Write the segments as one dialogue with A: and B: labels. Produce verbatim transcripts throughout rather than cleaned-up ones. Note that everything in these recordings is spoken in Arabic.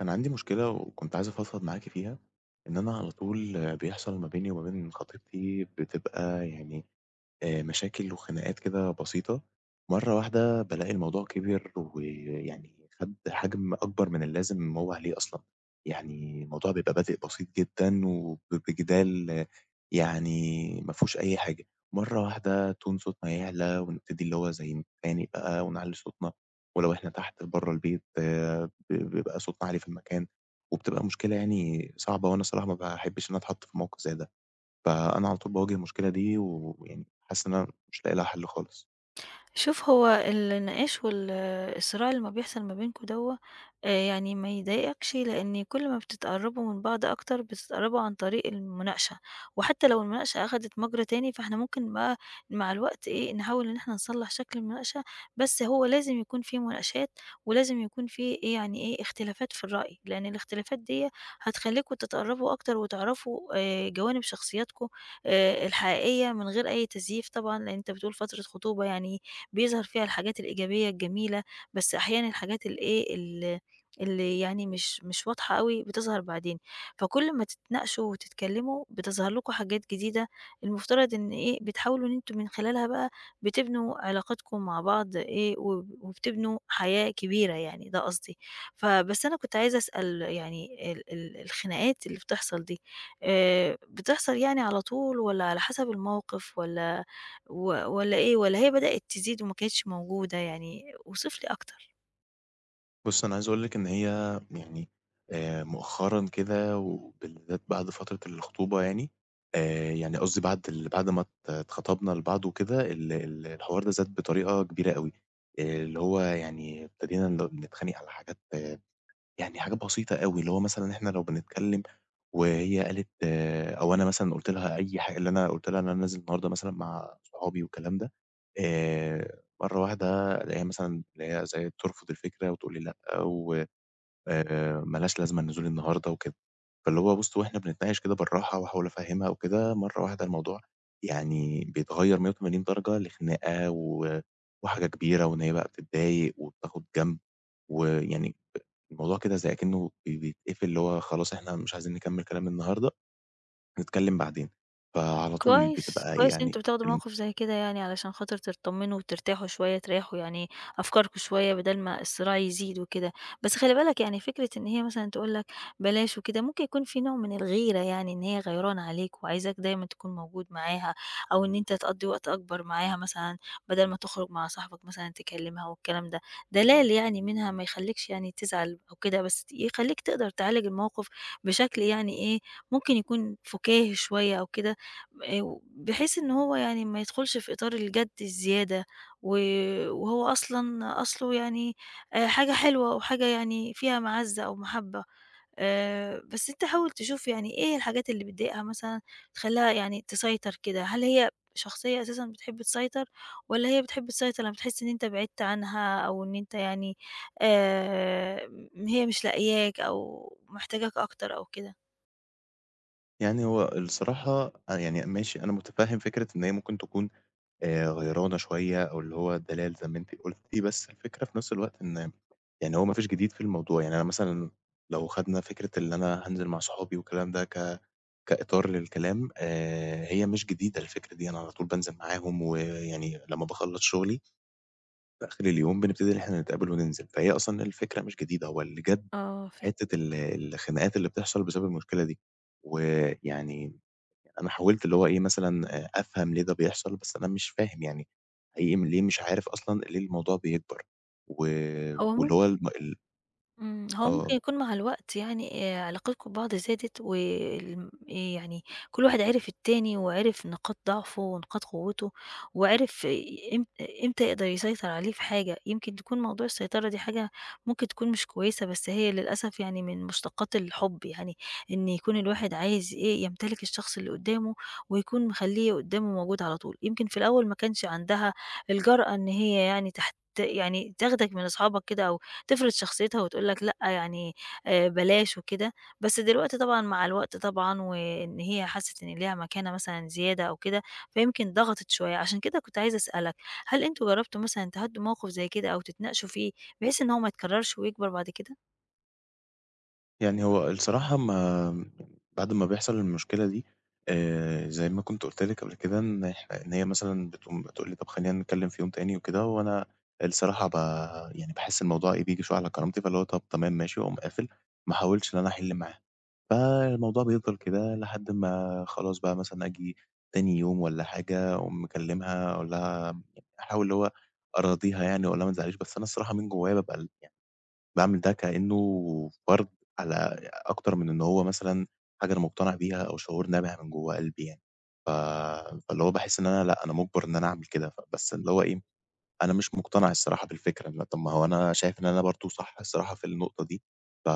A: أنا عندي مشكلة وكنت عايز أفضفض معاكِ فيها، إن أنا على طول بيحصل ما بيني وما بين خطيبتي بتبقى يعني آآ مشاكل وخناقات كده بسيطة. مرّة واحدة بالاقي الموضوع كبِر، ويعني خَد حجم أكبر من اللازم هو عليه أصلًا. يعني الموضوع بيبقى بادئ بسيط جدًا، وب بجدال يعني ما فيهوش أي حاجة. مرّة واحدة تون صوتنا يعلى ونبتدي اللي هو زي نتخانق بقى ونعلّي صوتنا. ولو إحنا تحت برّه البيت، آه، ب بيبقى صوتنا عالي في المكان، وبتبقى مشكلة يعني صعبة، وأنا الصراحة ما باحبّش إن أنا أتحَط في موقِف زي ده. فأنا على طول باواجه المشكلة دي، ويعني حاسس إن أنا مش لاقي لها حل خالص.
B: شوف، هو النقاش والصراع اللي ما بيحصل ما بينكم دوّة آآ يعني ما يضايقكش، لإن كل ما بتتقرّبوا من بعض أكتر بتتقرّبوا عن طريق المناقشة، وحتى لو المناقشة أخدت مَجرى تاني فإحنا ممكن بقى مع الوقت إيه، نحاول إن إحنا نصلّح شكل المناقشة، بس هو لازم يكون في مناقشات ولازم يكون في إيه، يعني إيه، اختلافات في الرأي، لإن الاختلافات ديّة هتخلّيكم تتقرّبوا أكتر وتعرفوا آآ جوانب شخصياتكم آآ الحقيقية من غير أي تزييف طبعًا، لإن أنت بتقول فترة خطوبة يعني بيظهر فيها الحاجات الإيجابية الجميلة، بس أحيانًا الحاجات الإيه، ال اللي يعني مش مش واضحة أوي بتظهر بعدين، فكل ما تتناقشوا وتتكلموا بتظهر لكم حاجات جديدة، المفترض إن إيه، بتحاولوا إن أنتم من خلالها بقى بتبنوا علاقاتكم مع بعض إيه، وب وبتبنوا حياة كبيرة يعني، ده قصدي. فبس أنا كنت عايزة أسأل يعني ال ال الخناقات اللي بتحصل دي، آآ، بتحصل يعني على طول والّا على حسب الموقف والّا و والّا إيه، والّا هي بدأت تزيد وما كانتش موجودة يعني؟ اوصف لي أكتر.
A: بُصّ، أنا عايز أقول لِك إن هي يعني آآ مؤخرًا كده وبالذات بعد فترة الخطوبة، يعني آآ يعني قصدي بعد ال بعد ما ات اتخطبنا لبعض وكده، ال ال الحوار ده زاد بطريقة كبيرة أوي، اللي هو يعني ابتدينا ن نتخانق على حاجات، يعني حاجات بسيطة أوي، اللي هو مثلًا إحنا لو بنتكلّم وهي قالت آه، أو أنا مثلًا قُلت لها أي حا اللي أنا قُلت لها إن أنا نازل النهارده مثلًا مع صحابي والكلام ده. آآ مرّة واحدة ألاقيها مثلًا اللي هي زي ترفض الفكرة وتقول لي لأ، و آآ ما لهاش لازمة النزول النهارده وكده. فاللي هو بُص، وإحنا بنتناقش كده بالراحة وأحاول أفهّمها وكده، مرّة واحدة الموضوع يعني بيتغيّر مية وتمانين درجة لخناقة، و وحاجة كبيرة، وإن هي بقى بتتضايق وبتاخد جنب. ويعني الموضوع كده زي أكنه بي بيتقفل، اللي هو خلاص إحنا مش عايزين نكمّل كلام النهارده، نتكلّم بعدين. فعلى طول
B: كويس،
A: بتبقى
B: كويس إن
A: يعني
B: أنتم بتاخدوا
A: الم
B: موقف زي كده يعني علشان خاطر تطمنوا وترتاحوا شوية، تريحوا يعني أفكاركم شوية بدل ما الصراع يزيد وكده، بس خلي بالك يعني فكرة إن هي مثلًا تقول لك بلاش وكده، ممكن يكون في نوع من الغيرة يعني إن هي غيرانة عليك وعايزاك دايمًا تكون موجود معاها، أو إن أنت تقضّي وقت أكبر معاها مثلًا بدل ما تخرج مع صاحبك مثلًا تكلمها والكلام ده، دلال يعني منها ما يخلّيكش يعني تزعل أو كده، بس يخلّيك تقدر تعالج الموقف بشكل يعني إيه، ممكن يكون فُكاهي شوية أو كده. آآ بحيث إن هو يعني ما يدخلش في إطار الجَد الزيادة، و وهو أصلًا أصله يعني آآ حاجة حلوة وحاجة يعني فيها مَعزّة أو مَحبّة، آآ بس أنت حاول تشوف يعني إيه الحاجات اللي بتضايقها مثلًا تخلّيها يعني تسيطر كده، هل هي شخصية أساسًا بتحب تسيطر، والّا هي بتحب تسيطر لمّا بتحس إن أنت بعدت عنها أو إن أنت يعني آآ م هي مش لاقياك أو محتاجاك أكتر أو كده؟
A: يعني هو الصراحة، أ يعني ماشي، أنا مُتفهّم فكرة إن هي ممكن تكون آآ غيرانة شوية، أو اللي هو دلال زي ما أنتِ قُلتِ، بس الفكرة في نفس الوقت إن يعني هو ما فيش جديد في الموضوع. يعني أنا مثلًا لو خدنا فكرة اللي أنا هانزل مع صحابي والكلام ده ك كإطار للكلام. آآ هي مش جديدة الفكرة دي، أنا على طول بانزل معاهم، ويعني لمّا باخلّص شُغلي في آخر اليوم بنبتدي إن إحنا نتقابل وننزل، فهي أصلًا الفكرة مش جديدة، هو اللي جَاب
B: آه فهمت.
A: حتّة ال الخناقات اللي بتحصل بسبب المشكلة دي. ويعني أنا حاولت اللي هو إيه مثلًا، آآ أفهم ليه ده بيحصل، بس أنا مش فاهم يعني حقيقي، م ليه مش عارف أصلًا ليه الموضوع بيكبر. و
B: هو
A: واللي
B: ممكن
A: هو الم ال
B: إمم، هو ممكن
A: آه.
B: يكون مع الوقت يعني آآ، علاقتكم ببعض زادت والم يعني كل واحد عرف التاني وعرف نقاط ضعفه ونقاط قوته، وعرف إم إمتى يقدر يسيطر عليه في حاجة، يمكن تكون موضوع السيطرة دي حاجة ممكن تكون مش كويسة، بس هي للأسف يعني من مشتقات الحب يعني، إن يكون الواحد عايز إيه، يمتلك الشخص اللي قدامه ويكون مخلّيه قدامه موجود على طول، يمكن في الأول ما كانش عندها الجرأة إن هي يعني تحت يعني تاخدك من أصحابك كده أو تفرض شخصيتها وتقول لك لأ يعني آآ بلاش وكده، بس دلوقتي طبعًا مع الوقت طبعًا وإن هي حَسِّت إن ليها مكانة مثلًا زيادة أو كده، فيمكن ضغطت شوية، عشان كده كنت عايزة أسألك، هل أنتم جرّبتوا مثلًا تهدّوا موقف زي كده أو تتناقشوا فيه بحيث إن هو ما يتكرّرش ويكبر بعد كده؟
A: يعني هو الصراحة ما بعد ما بيحصل المشكلة دي، آآ زي ما كنت قُلت لِك قبل كده إن إحنا إن هي مثلًا بتقوم بتقول لي: "طب خلّينا نتكلم في يوم تاني وكده." وأنا الصراحة ب يعني باحس الموضوع إيه، بييجي شوية على كرامتي، فاللي هو طب تمام ماشي، واقوم قافل، ما احاولش إن أنا أحِل معاها. فالموضوع بيفضل كده لحد ما خلاص بقى، مثلًا آجي تاني يوم والّا حاجة، أقوم مكلمها أقول لها، يعني أحاول اللي هو أراضيها يعني، وأقول لها ما تزعليش، بس أنا الصراحة من جوايا بابقى ال باعمل ده كإنه فرض على، أكتر من إن هو مثلًا حاجة أنا مقتنع بيها أو شعور نابع من جوّه قلبي يعني. ف فاللي هو باحس إن أنا لأ، أنا مُجبَر إن أنا أعمل كده، ف بس اللي هو إيه، أنا مش مقتنع الصراحة بالفكرة. م طَب ما هو أنا شايف إن أنا برضه صح الصراحة في النقطة دي. ف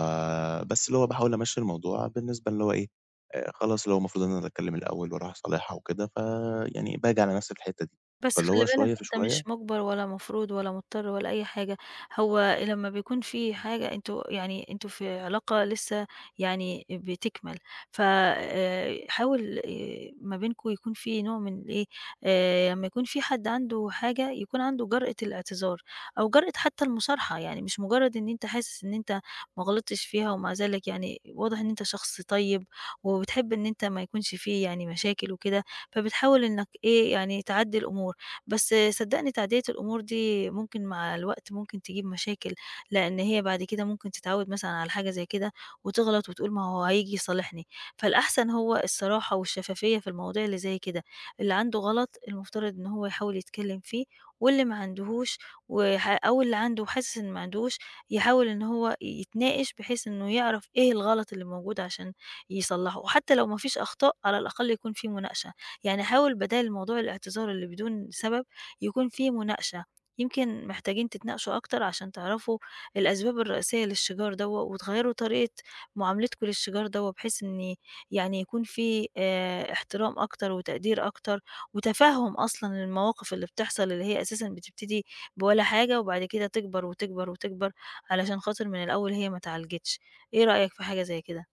A: بس اللي هو باحاول أمشّي الموضوع بالنسبة اللي هو إيه، آآ خلاص اللي هو المفروض إن أنا اللي أتكلّم الأول وأروح أصالحها وكده، فيعني باجي على نَفْسي في الحتّة دي.
B: بس
A: فاللي
B: خلّي
A: هو
B: بالك
A: شوية في
B: أنت مش
A: شوية،
B: مُجبَر ولا مفروض ولا مضطر ولا أي حاجة، هو لمّا بيكون في حاجة أنتم يعني أنتم في علاقة لسه يعني بتكمَل، ف آآ حاول آآ ما بينكم يكون في نوع من الإيه، آآ لمّا يكون في حد عنده حاجة يكون عنده جرأة الاعتذار أو جرأة حتى المصارحة، يعني مش مجرّد إن أنت حاسس إن أنت ما غلطتش فيها ومع ذلك يعني واضح إن أنت شخص طيب وبتحب إن أنت ما يكونش في يعني مشاكل وكده، فبتحاول إنك إيه، يعني تعدّي الأمور. بس صدّقني تعدية الأمور دي ممكن مع الوقت ممكن تجيب مشاكل، لإن هي بعد كده ممكن تتعوّد مثلًا على حاجة زي كده وتغلط وتقول ما هو هييجي يصالحني، فالأحسن هو الصراحة والشفافية في المواضيع اللي زي كده، اللي عنده غلط المفترض إن هو يحاول يتكلّم فيه واللي ما عندهوش وح أو اللي عنده وحاسس إن ما عندهوش يحاول إن هو يتناقش بحيث إنه يعرف إيه الغلط اللي موجود عشان يصلّحه، وحتى لو ما فيش أخطاء على الأقل يكون في مناقشة. يعني حاول بدال موضوع الاعتذار اللي بدون سبب يكون فيه مناقشة، يمكن محتاجين تتناقشوا أكتر عشان تعرفوا الأسباب الرئيسية للشجار دوا وتغيروا طريقة معاملتكم للشجار دوا بحيث إن يعني يكون في آه، احترام أكتر وتقدير أكتر وتفهم أصلا المواقف اللي بتحصل اللي هي أساسا بتبتدي بولا حاجة وبعد كده تكبر وتكبر وتكبر علشان خاطر من الأول هي ما اتعالجتش. إيه رأيك في حاجة زي كده؟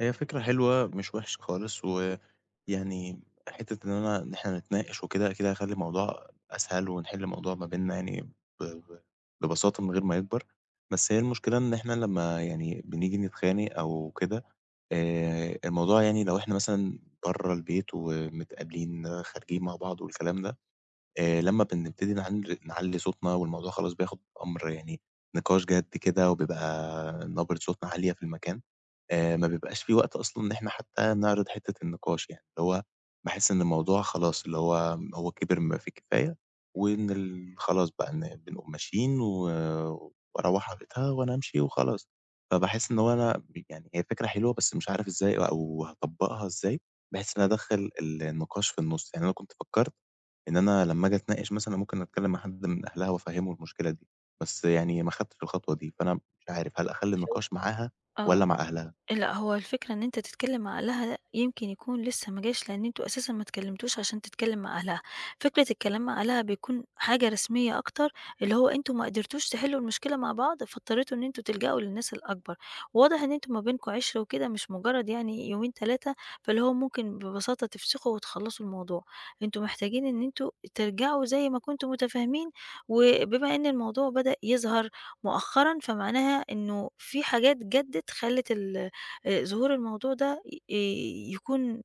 A: هي فكرة حلوة مش وحشة خالص، ويعني حتّة إن أنا إن إحنا نتناقش وكده، أكيد هيخلّي الموضوع أسهل، ونحل الموضوع ما بيننا يعني ب ب ببساطة من غير ما يكبر. بس هي المشكلة إن إحنا لمّا يعني بنيجي نتخانق أو كده، آآ، الموضوع يعني لو إحنا مثلًا برّه البيت ومتقابلين خارجين مع بعض والكلام ده، آآ، لمّا بنبتدي نعل نعلّي صوتنا، والموضوع خلاص بياخد أمر، يعني نقاش جاد كده، وبيبقى نبرة صوتنا عالية في المكان. آآ ما بيبقاش في وقت أصلًا إن إحنا حتى نعرض حتّة النقاش يعني، اللي هو باحس إن الموضوع خلاص، اللي هو هو كِبِر ما فيه الكفاية، وإن ال خلاص بقى، إن بنقوم ماشيين، و وأروّح على بيتها وأنا أمشي وخلاص. فباحس إن هو أنا، يعني هي فكرة حلوة بس مش عارف إزاي أو هاطبّقها إزاي، بحيث إن أنا أدخّل ال النقاش في النُص. يعني أنا كنت فكّرت إن أنا لمّا آجي أتناقش مثلًا ممكن أتكلّم مع حد من أهلها وأفهّمه المشكلة دي، بس يعني ما خدتش الخطوة دي، فأنا مش عارف هل أخلّي
B: شوف.
A: النقاش معاها
B: اه
A: والّا مع أهلها؟
B: لأ، هو الفكرة إن أنت تتكلّم مع أهلها يمكن يكون لسه ما جاش، لإن أنتم أساسًا ما اتكلّمتوش عشان تتكلّم مع أهلها. فكرة الكلام مع أهلها بيكون حاجة رسمية أكتر، اللي هو أنتم ما قدرتوش تحلّوا المشكلة مع بعض، فاضطريتوا إن أنتم تلجأوا للناس الأكبر. وواضح إن أنتم ما بينكم عِشرة وكده، مش مجرّد يعني يومين، تلاتة. فاللي هو ممكن ببساطة تفسخوا وتخلّصوا الموضوع. أنتم محتاجين إن أنتم ترجعوا زي ما كنتم متفاهمين، وبما إن الموضوع بدأ يظهر مؤخرًا، فمعناها إنه في حاجات جَدّت خلّت ال آآ ظهور الموضوع ده آآ يكون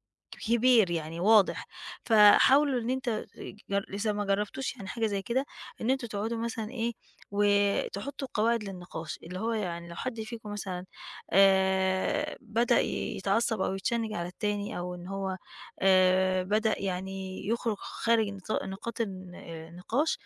B: كبير يعني واضح، فحاولوا إن أنت جر إذا ما جرّبتوش يعني حاجة زي كده، إن أنتم تقعدوا مثلًا إيه، وتحطوا قواعد للنقاش، اللي هو يعني لو حد فيكم مثلًا آآ بدأ يتعصب أو يتشنج على التاني أو إن هو آآ بدأ يعني يخرج خارج نطا نقاط الن آه، النقاش،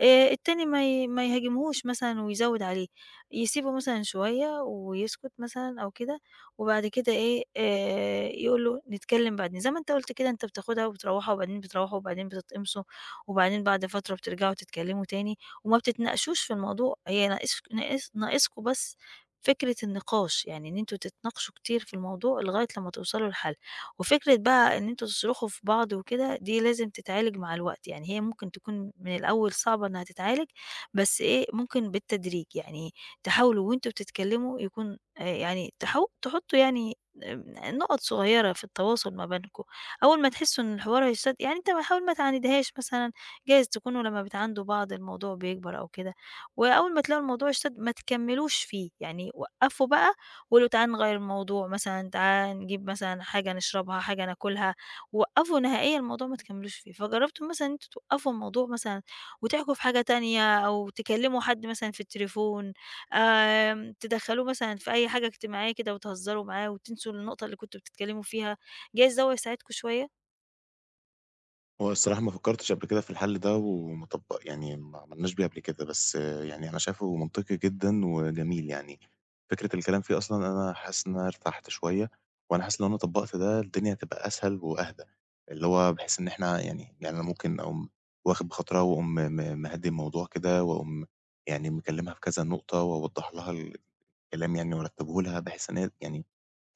B: آآ التاني ما ي ما يهاجمهوش مثلًا ويزوّد عليه، يسيبه مثلًا شوية ويسكت مثلًا أو كده وبعد كده إيه، آآ يقول له نتكلم بعدين، زي ما أنت قُلت كده أنت بتاخدها وبتروّحوا وبعدين بتروّحوا وبعدين بتتقمصوا، وبعدين بعد فترة بترجعوا تتكلموا تاني، وما بتتناقشوش في الموضوع، هي ناقص ناقص ناقصكم بس فكرة النقاش، يعني إن أنتم تتناقشوا كتير في الموضوع لغاية لمّا توصلوا لحل، وفكرة بقى إن أنتم تصرخوا في بعض وكده دي لازم تتعالج مع الوقت، يعني هي ممكن تكون من الأول صعبة إنها تتعالج، بس إيه ممكن بالتدريج، يعني تحاولوا وأنتم بتتكلموا يكون آآ يعني تحو تحطّوا يعني آمم نُقط صغيّرة في التواصل ما بينكم، أول ما تحسّوا إن الحوار هيشتد يعني أنت ما حاول ما تعاندهاش مثلًا، جايز تكونوا لمّا بتعاندوا بعض الموضوع بيكبر أو كده، وأول ما تلاقوا الموضوع اشتد ما تكمّلوش فيه، يعني وقّفوا بقى وقولوا تعالَ نغيّر الموضوع مثلًا، تعالَ نجيب مثلًا حاجة نشربها، حاجة ناكلها، وقّفوا نهائيًا الموضوع ما تكمّلوش فيه، فجرّبتوا مثلًا إن أنتم توقّفوا الموضوع مثلًا وتحكوا في حاجة تانية أو تكلّموا حد مثلًا في التليفون. آمم، تدخّلوه مثلًا في أي حاجة اجتماعية كده وتهزروا معاه وتنسوا النقطة اللي كنتم بتتكلموا فيها، جايز ده هو يساعدكم شوية.
A: هو الصراحة ما فكّرتش قبل كده في الحل ده، وما طب يعني ما عملناش بيه قبل كده، بس آه، يعني أنا شايفه منطقي جدًا وجميل يعني. فكرة الكلام فيه أصلًا أنا حاسس إن أنا ارتحت شوية، وأنا حاسس لو أنا طبّقت ده الدنيا هتبقى أسهل وأهدى، اللي هو بحيث إن إحنا يعني يعني أنا ممكن أقوم واخد بخاطرها، وأقوم م م- مهدّي الموضوع كده، وأقوم يعني مكلّمها في كذا نقطة، وأوضّح لها ال كلام يعني مرتّبه لها، بحيث إن هي يعني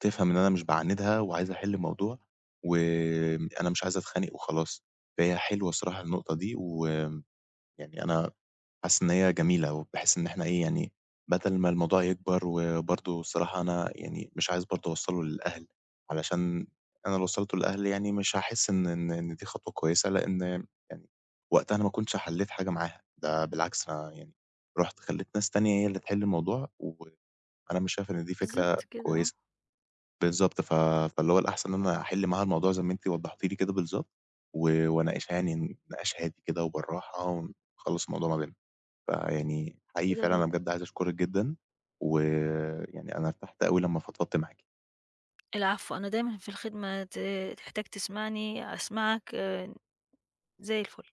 A: تفهم إن أنا مش باعاندها وعايز أحل الموضوع، وأنا مش عايز أتخانق وخلاص. فهي حلوة الصراحة النقطة دي، ويعني أنا حاسس إن هي جميلة، وبحيث إن إحنا إيه، يعني بدل ما الموضوع يكبر، وبرضه الصراحة أنا يعني مش عايز برضه أوصّله للأهل، علشان أنا لو وصّلته للأهل يعني مش هاحس إن إن إن دي خطوة كويسة، لإن يعني وقتها أنا ما كنتش حلّيت حاجة معاها، ده بالعكس، أنا يعني رُحت خلّيت ناس تانية هي اللي تحل الموضوع، و أنا مش شايف إن دي
B: بالضبط
A: فكرة
B: كده آه.
A: كويسة. بالضبط، ف فاللي هو الأحسن إن أنا أحِل معاها الموضوع زي ما أنتِ وضّحتِ لي كده بالضبط، و وأناقشها يعني نقاش هادي كده وبالراحة، ونخلّص الموضوع ما بيننا، فيعني حقيقي
B: كده
A: فعلًا أنا
B: برافو.
A: بجد عايز أشكرِك جدًا، ويعني أنا ارتحت أوي لمّا فضفضت معاكِ.
B: العفو، أنا دايمًا في الخدمة، ت تحتاج تسمعني أسمعك، آآ، زي الفل.